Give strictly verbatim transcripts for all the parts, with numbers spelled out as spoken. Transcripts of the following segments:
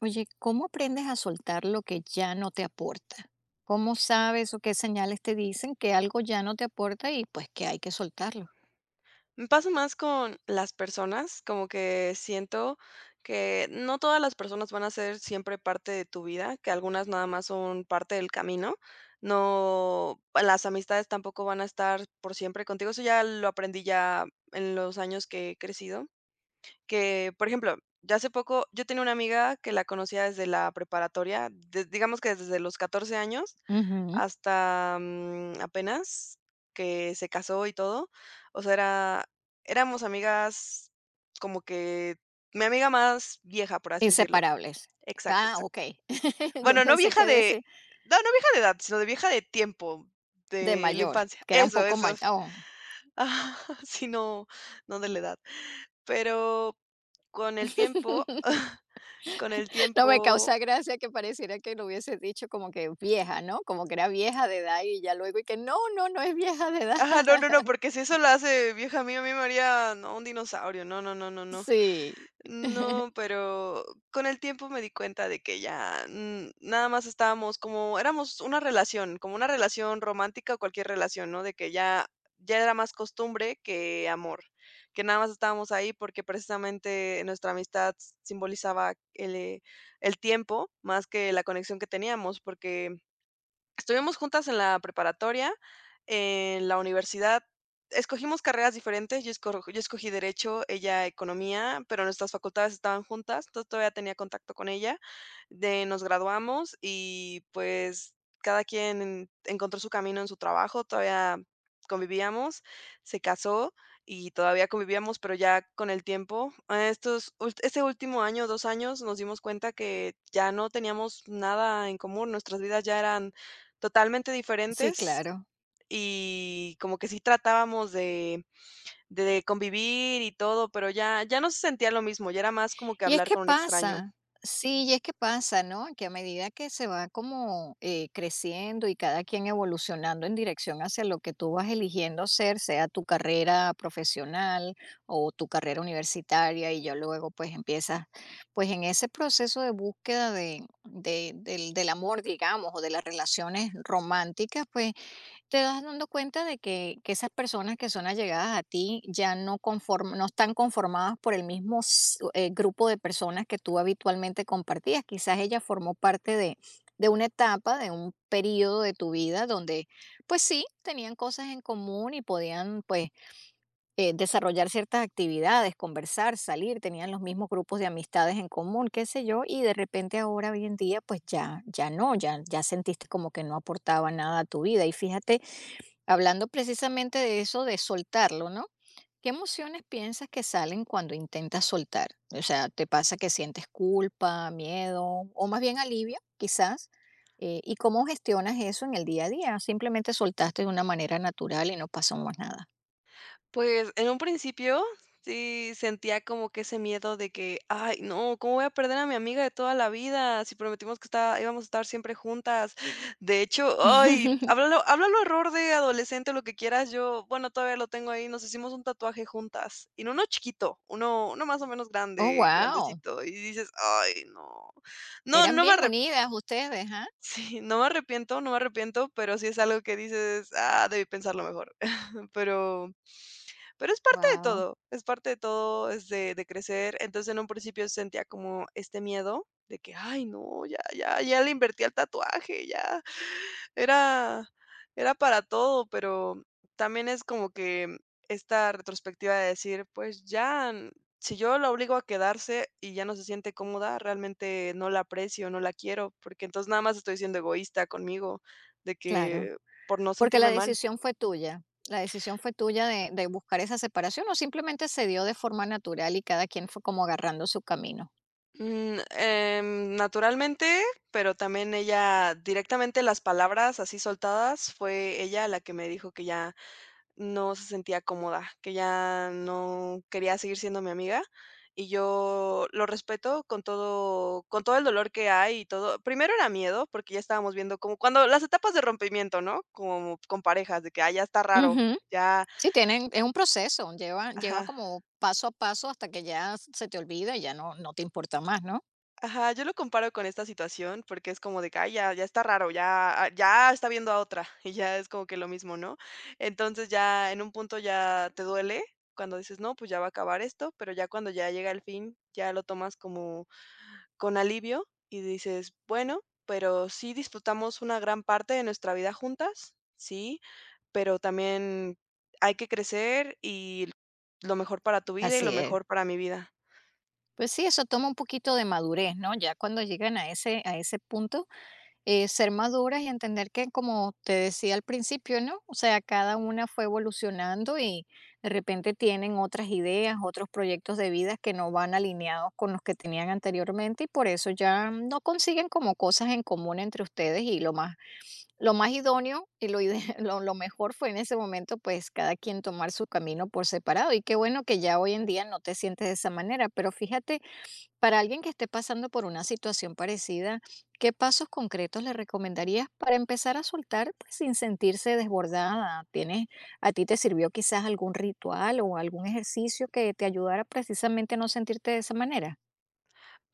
Oye, ¿cómo aprendes a soltar lo que ya no te aporta? ¿Cómo sabes o qué señales te dicen que algo ya no te aporta y pues que hay que soltarlo? Me pasa más con las personas, como que siento que no todas las personas van a ser siempre parte de tu vida, que algunas nada más son parte del camino. No, las amistades tampoco van a estar por siempre contigo. Eso ya lo aprendí ya en los años que he crecido. Que, por ejemplo, ya hace poco yo tenía una amiga que la conocía desde la preparatoria, de digamos que desde los catorce años Ujú. hasta, mm, apenas que se casó y todo. O sea, era éramos amigas, como que mi amiga más vieja, por así decirlo. Inseparables. Exacto, Ah, ok. exacto. Yo Bueno, no pensé vieja que de, de ese- no, no vieja de edad, sino de vieja de tiempo, de de la mayor, infancia. que era un Eso, poco eso. mayor. Ajá, sí, no, no de la edad. Pero con el tiempo Con el No me tiempo, causa gracia que pareciera que lo hubiese dicho como que vieja, ¿no? Como que era vieja de edad y ya luego y que no, no, no es vieja de edad. ajá, no, no, no, porque si eso lo hace vieja mía, a mí me haría, no, un dinosaurio, no, no, no, no, no. Sí. No, pero con el tiempo me di cuenta de que ya, mm, nada más estábamos como éramos una relación, como una relación romántica o cualquier relación, ¿no? De que ya ya era más costumbre que amor, que nada más estábamos ahí porque precisamente nuestra amistad simbolizaba el, eh, el tiempo más que la conexión que teníamos, porque estuvimos juntas en la preparatoria, en la universidad escogimos carreras diferentes, yo esco yo escogí derecho, ella economía, pero nuestras facultades estaban juntas, entonces todavía tenía contacto con ella. De nos graduamos y, pues, cada quien encontró su camino en su trabajo, todavía convivíamos, se casó y todavía convivíamos, pero ya con el tiempo, eh, estos ult este último año, dos años, nos dimos cuenta que ya no teníamos nada en común, nuestras vidas ya eran totalmente Sí, diferentes, claro. y como que sí tratábamos de de convivir y todo, pero ya ya no se sentía lo mismo, ya era más como que Y es hablar que con un extraño. pasa, sí, y es que pasa, ¿no? Que a medida que se va como eh, creciendo y cada quien evolucionando en dirección hacia lo que tú vas eligiendo ser, sea tu carrera profesional o tu carrera universitaria, y ya luego pues empiezas pues en ese proceso de búsqueda de, de- del, del amor, digamos, o de las relaciones románticas, pues te das dando cuenta de que, que esas personas que son allegadas a ti ya no, conform- no están conformadas por el mismo s- eh, grupo de personas que tú habitualmente compartías. Quizás ella formó parte de, de una etapa, de un periodo de tu vida donde, pues sí, tenían cosas en común y podían, pues, eh, desarrollar ciertas actividades, conversar, salir, tenían los mismos grupos de amistades en común, qué sé yo, y de repente ahora, hoy en día, pues ya, ya no, ya, ya sentiste como que no aportaba nada a tu vida. Y fíjate, hablando precisamente de eso de soltarlo, ¿no? ¿Qué emociones piensas que salen cuando intentas soltar? O sea, ¿te pasa que sientes culpa, miedo o más bien alivio, quizás? Eh, ¿y cómo gestionas eso en el día a día? Simplemente soltaste de una manera natural y no pasó más nada. Pues, en un principio sí sentía como que ese miedo de que: "Ay, no, ¿cómo voy a perder a mi amiga de toda la vida? Si prometimos que está íbamos a estar siempre juntas". De hecho, ay, háblalo háblalo, error de adolescente, lo que quieras, yo, bueno, todavía lo tengo ahí, nos hicimos un tatuaje juntas, y no uno chiquito, uno uno más o menos Oh, grande, wow. grandecito, y dices: "Ay, no". No, Eran no me bien arrep unidas ustedes, ¿ah? sí, no me arrepiento, no me arrepiento, pero sí es algo que dices: "Ah, debí pensarlo mejor". Pero pero es parte de Wow, todo, es parte de todo, es de de crecer. Entonces, en un principio sentía como este miedo de que: "Ay, no, ya ya ya le invertí al tatuaje, ya era era para todo", pero también es como que esta retrospectiva de decir: "Pues ya, n- si yo la obligo a quedarse y ya no se siente cómoda, realmente no la aprecio, no la quiero", porque entonces nada más estoy siendo egoísta conmigo, de claro. que por no Porque la sentirme mal. decisión fue tuya. La decisión fue tuya de, de buscar esa separación o simplemente se dio de forma natural y cada quien fue como agarrando su camino. Mm, em, naturalmente, pero también ella directamente, las palabras así soltadas, fue ella la que me dijo que ya no se sentía cómoda, que ya no quería seguir siendo mi amiga. Y yo lo respeto con todo, con todo el dolor que hay y todo. Primero era miedo, porque ya estábamos viendo como cuando las etapas de rompimiento, ¿no? Como con parejas, de que ah, ya está raro, Ujú. ya, Sí, tienen es un proceso, lleva lleva ajá. como paso a paso hasta que ya se te olvida y ya no no te importa más, ¿no? Ajá, yo lo comparo con esta situación, porque es como de que: "Ay, ya ya está raro, ya a ya está viendo a otra", y ya es como que lo mismo, ¿no? Entonces, ya en un punto ya te duele cuando dices: "No, pues ya va a acabar esto", pero ya cuando ya llega el fin, ya lo tomas como con alivio y dices: "Bueno, pero sí disfrutamos una gran parte de nuestra vida juntas, sí, pero también hay que crecer y lo mejor para tu vida y lo Así es. mejor para mi vida". Pues sí, eso toma un poquito de madurez, ¿no? Ya cuando llegan a ese a ese punto, eh, ser maduras y entender que, como te decía al principio, ¿no? O sea, cada una fue evolucionando y de repente tienen otras ideas, otros proyectos de vida que no van alineados con los que tenían anteriormente y por eso ya no consiguen como cosas en común entre ustedes y lo más, lo más idóneo y lo ide lo lo mejor fue en ese momento, pues, cada quien tomar su camino por separado, y qué bueno que ya hoy en día no te sientes de esa manera. Pero fíjate, para alguien que esté pasando por una situación parecida, ¿qué pasos concretos le recomendarías para empezar a soltar, pues, sin sentirse desbordada? ¿Tienes, a ti te sirvió quizás algún ritual o algún ejercicio que te ayudara precisamente a no sentirte de esa manera?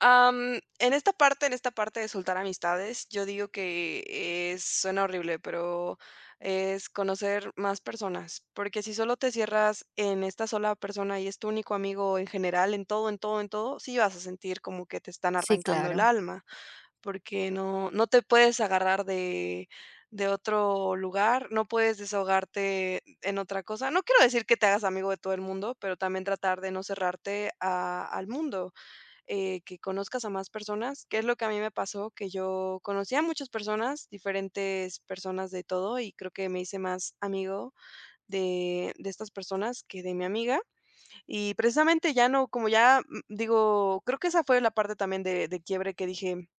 Am, en esta parte en esta parte de soltar amistades, yo digo que es, suena horrible, pero es conocer más personas, porque si solo te cierras en esta sola persona y es tu único amigo en general, en todo, en todo, en todo, sí vas a sentir como que te están Sí, arrancando el claro. alma, porque no no te puedes agarrar de de otro lugar, no puedes desahogarte en otra cosa. No quiero decir que te hagas amigo de todo el mundo, pero también tratar de no cerrarte a al mundo, eh, que conozcas a más personas, que es lo que a mí me pasó, que yo conocí a muchas personas, diferentes personas de todo, y creo que me hice más amigo de, de estas personas que de mi amiga. Y precisamente ya no, como ya, mm, digo, creo que esa fue la parte también de, de quiebre, que dije,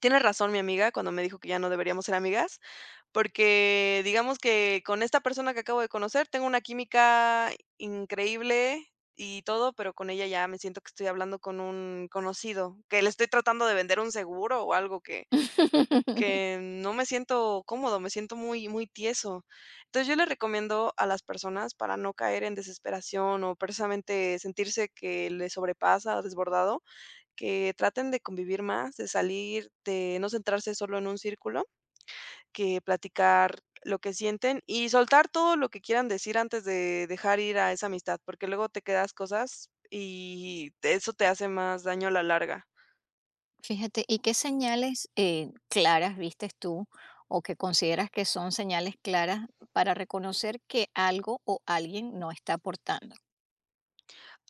tiene razón mi amiga cuando me dijo que ya no deberíamos ser amigas, porque, digamos que con esta persona que acabo de conocer, tengo una química increíble y todo, pero con ella ya me siento que estoy hablando con un conocido, que le estoy tratando de vender un seguro o algo, que que no me siento cómodo, me siento muy muy tieso. Entonces, yo le recomiendo a las personas, para no caer en desesperación o precisamente sentirse que le sobrepasa o desbordado, que traten de convivir más, de salir, de no centrarse solo en un círculo, que platicar lo que sienten y soltar todo lo que quieran decir antes de dejar ir a esa amistad, porque luego te quedas cosas y te- eso te hace más daño a la larga. Fíjate, ¿y qué señales eh, claras vistes tú o que consideras que son señales claras para reconocer que algo o alguien no está aportando?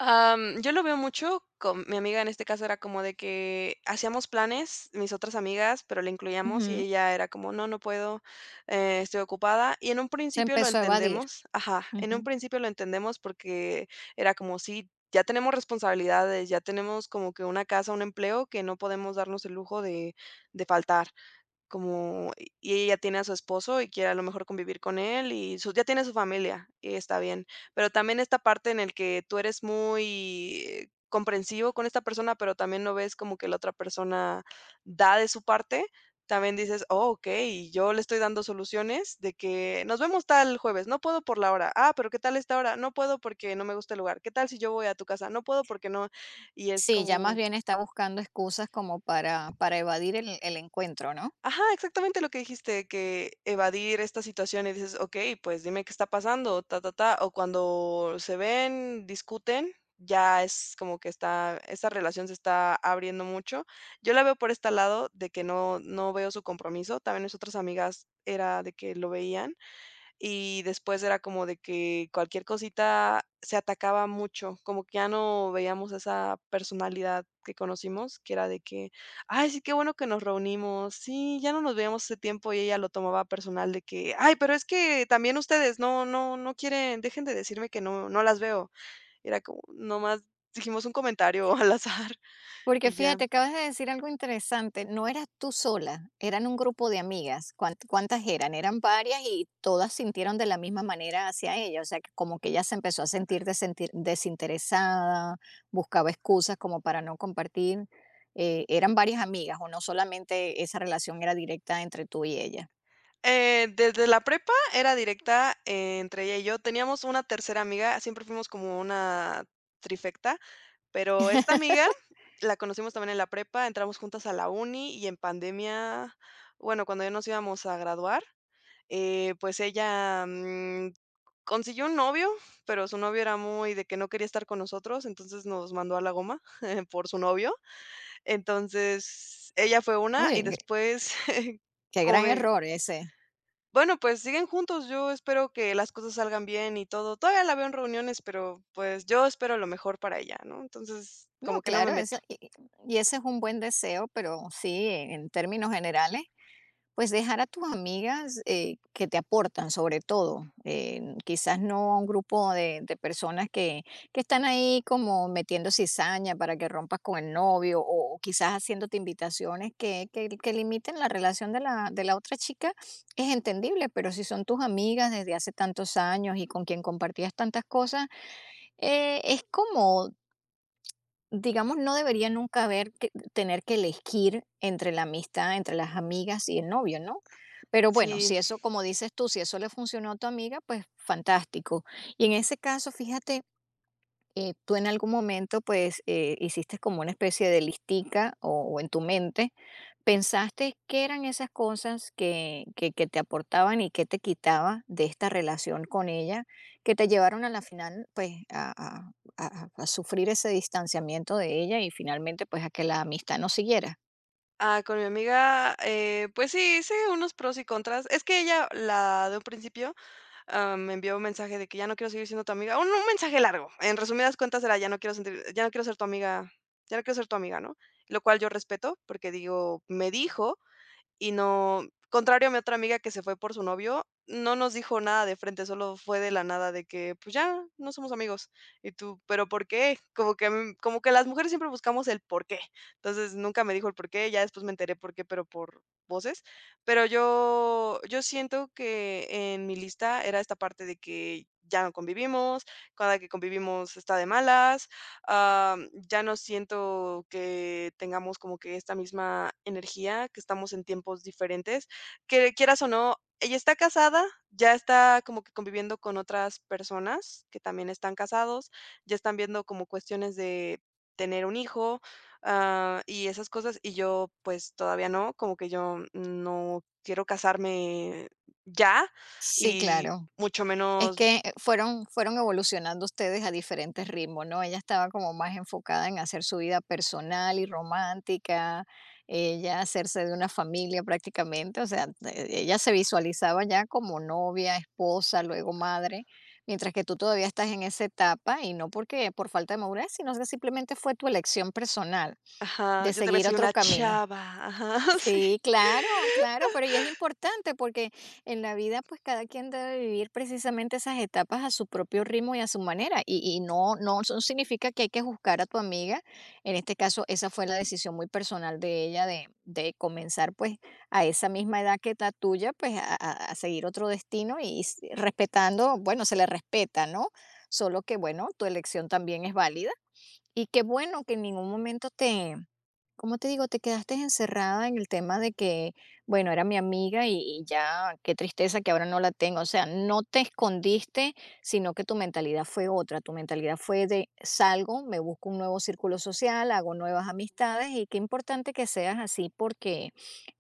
Am, yo lo veo mucho con mi amiga, en este caso era como de que hacíamos planes, mis otras amigas, pero le incluíamos, y Ujú. ella era como, no, no puedo, eh, estoy ocupada. Y en un Se principio lo empezó a evadir. entendemos, ajá, en un Ujú. principio lo entendemos, porque era como, sí, ya tenemos responsabilidades, ya tenemos como que una casa, un empleo, que no podemos darnos el lujo de, de faltar. Como y ella tiene a su esposo y quiere a lo mejor convivir con él y su, ya tiene su familia y está bien. Pero también esta parte en el que tú eres muy, eh, comprensivo con esta persona, pero también no ves como que la otra persona da de su parte, también dices: "Oh, okey, yo le estoy dando soluciones de que nos vemos tal jueves, no puedo por la hora. Ah, pero ¿qué tal esta hora? No puedo porque no me gusta el lugar. ¿Qué tal si yo voy a tu casa? No puedo porque no". Y es Sí, ya más como bien está buscando excusas como para, para evadir el, el encuentro, ¿no? ajá, exactamente lo que dijiste, que evadir esta situación y dices: "Okey, pues dime qué está pasando, ta, ta, ta", o cuando se ven, discuten, ya es como que está esa relación se está abriendo mucho. Yo la veo por este lado de que no no veo su compromiso. También mis otras amigas era de que lo veían, y después era como de que cualquier cosita se atacaba mucho, como que ya no veíamos esa personalidad que conocimos, que era de que: "Ay, sí, qué bueno que nos reunimos. Sí, ya no nos veíamos hace tiempo", y ella lo tomaba personal de que: "Ay, pero es que también ustedes no no no quieren, dejen de decirme que no no las veo". Era como, nomás dijimos un comentario al azar, Porque y ya. fíjate, acabas de decir algo interesante, no eras tú sola, eran un grupo de amigas. ¿Cuán- ¿Cuántas eran? Eran varias y todas sintieron de la misma manera hacia ella, o sea, que como que ella se empezó a sentir, desentir- desinteresada, buscaba excusas como para no compartir. Eh, ¿eran varias amigas o no solamente esa relación era directa entre tú y ella? Eh, desde la prepa era directa, eh, entre ella y yo. Teníamos una tercera amiga, siempre fuimos como una trifecta. Pero esta amiga la conocimos también en la prepa, entramos juntas a la uni, y en pandemia, bueno, cuando ya nos íbamos a graduar, eh, pues ella, mm, consiguió un novio, pero su novio era muy de que no quería estar con nosotros, entonces nos mandó a la goma por su novio. Entonces, ella fue una, Uy, y qué, después, qué como gran mi, error ese. bueno, pues siguen juntos, yo espero que las cosas salgan bien y todo. Todavía la veo en reuniones, pero, pues, yo espero lo mejor para ella, ¿no? Entonces, No, como que no me claro, meto. ese- y y- ese es un buen deseo, pero sí, en en términos generales, pues dejar a tus amigas eh, que te aportan sobre todo, eh, quizás no a un grupo de, de personas que, que están ahí como metiendo cizaña para que rompas con el novio o, o quizás haciéndote invitaciones que, que, que limiten la relación de la, de la otra chica, es entendible, pero si son tus amigas desde hace tantos años y con quien compartías tantas cosas, eh, es como, digamos, no debería nunca haber que tener que elegir entre la amistad, entre las amigas y el novio, ¿no? Pero bueno, Sí, si eso, como dices tú, si eso le funcionó a tu amiga, pues fantástico. Y en ese caso, fíjate, eh, tú en algún momento, pues, eh, hiciste como una especie de listica o, o en tu mente, pensaste qué eran esas cosas que, que, que te aportaban y qué te quitaba de esta relación con ella, que te llevaron a la final, pues, a, a- a- a sufrir ese distanciamiento de ella y finalmente, pues, a que la amistad no siguiera. ah, con mi amiga, eh, pues sí, hice unos pros y contras. Es que ella, la de un principio, ah, me envió un mensaje de que ya no quiero seguir siendo tu amiga. Un, un mensaje largo. En resumidas cuentas era ya no quiero sentir, ya no quiero ser tu amiga, ya no quiero ser tu amiga, ¿no? Lo cual yo respeto, porque digo, me dijo. Y no, contrario a mi otra amiga que se fue por su novio, no nos dijo nada de frente, solo fue de la nada de que: "Pues ya, no somos amigos". Y tú: "¿Pero por qué?". Como que a mí, como que las mujeres siempre buscamos el por qué. Entonces, nunca me dijo el por qué, ya después me enteré por qué, pero por voces. Pero yo yo siento que en mi lista era esta parte de que ya no convivimos, cada que convivimos está de malas, am, ya no siento que tengamos como que esta misma energía, que estamos en tiempos diferentes, que quieras o no, ella está casada, ya está como que conviviendo con otras personas que también están casados, ya están viendo como cuestiones de tener un hijo, ah, y esas cosas, y yo pues todavía no, como que yo no quiero casarme ya, Sí, y claro. mucho Es menos, que fueron fueron evolucionando ustedes a diferentes ritmos, ¿no? Ella estaba como más enfocada en hacer su vida personal y romántica, ella hacerse de una familia prácticamente, o sea, eh, ella se visualizaba ya como novia, esposa, luego madre, mientras que tú todavía estás en esa etapa y no porque por falta de madurez, sino que simplemente fue tu elección personal ajá, de yo todavía seguir soy otro una camino. chava, ajá, sí. Sí, claro, claro, pero y es importante porque en la vida pues cada quien debe vivir precisamente esas etapas a su propio ritmo y a su manera y, y no, no, eso no significa que hay que juzgar a tu amiga, en este caso esa fue la decisión muy personal de ella de, de comenzar pues a esa misma edad que la tuya pues a, a- a seguir otro destino y s- respetando, bueno, se le respeta, ¿no? Solo que bueno, tu elección también es válida y qué bueno que en ningún momento, como te digo, te quedaste encerrada en el tema de que, bueno, era mi amiga y, y ya, qué tristeza que ahora no la tengo. O sea, no te escondiste, sino que tu mentalidad fue otra. Tu mentalidad fue de salgo, me busco un nuevo círculo social, hago nuevas amistades y qué importante que seas así porque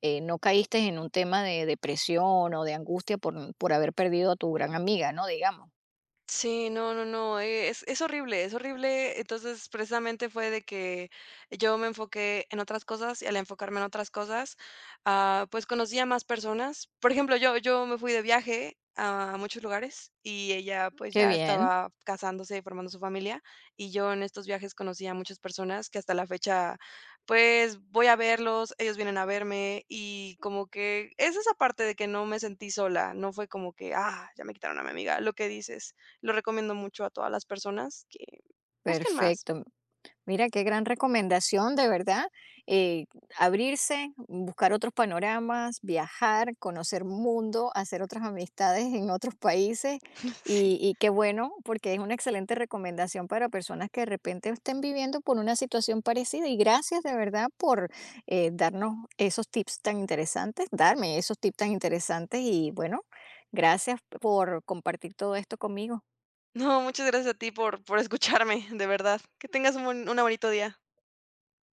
eh, no caíste en un tema de depresión o de angustia por, por haber perdido a tu gran amiga, ¿no? Digamos. Sí, no, no, no, eh, es es horrible, es horrible. Entonces, precisamente fue de que yo me enfoqué en otras cosas, y al enfocarme en otras cosas, ah, pues conocí a más personas. Por ejemplo, yo yo me fui de viaje a muchos lugares, y ella, pues, Qué ya bien, estaba casándose y formando su familia, y yo en estos viajes conocí a muchas personas que hasta la fecha, pues, voy a verlos, ellos vienen a verme, y como que es esa parte de que no me sentí sola, no fue como que: "Ah, ya me quitaron a mi amiga", lo que dices. Lo recomiendo mucho a todas las personas que busquen más. perfecto. Mira, qué gran recomendación, de verdad. Eh, abrirse, buscar otros panoramas, viajar, conocer mundo, hacer otras amistades en otros países. Sí. Y, y qué bueno, porque es una excelente recomendación para personas que de repente estén viviendo por una situación parecida. Y gracias de verdad por, eh, darnos esos tips tan interesantes, darme esos tips tan interesantes. Y bueno, gracias por compartir todo esto conmigo. No, muchas gracias a ti por por escucharme, de verdad. Que tengas un buen una bonito día.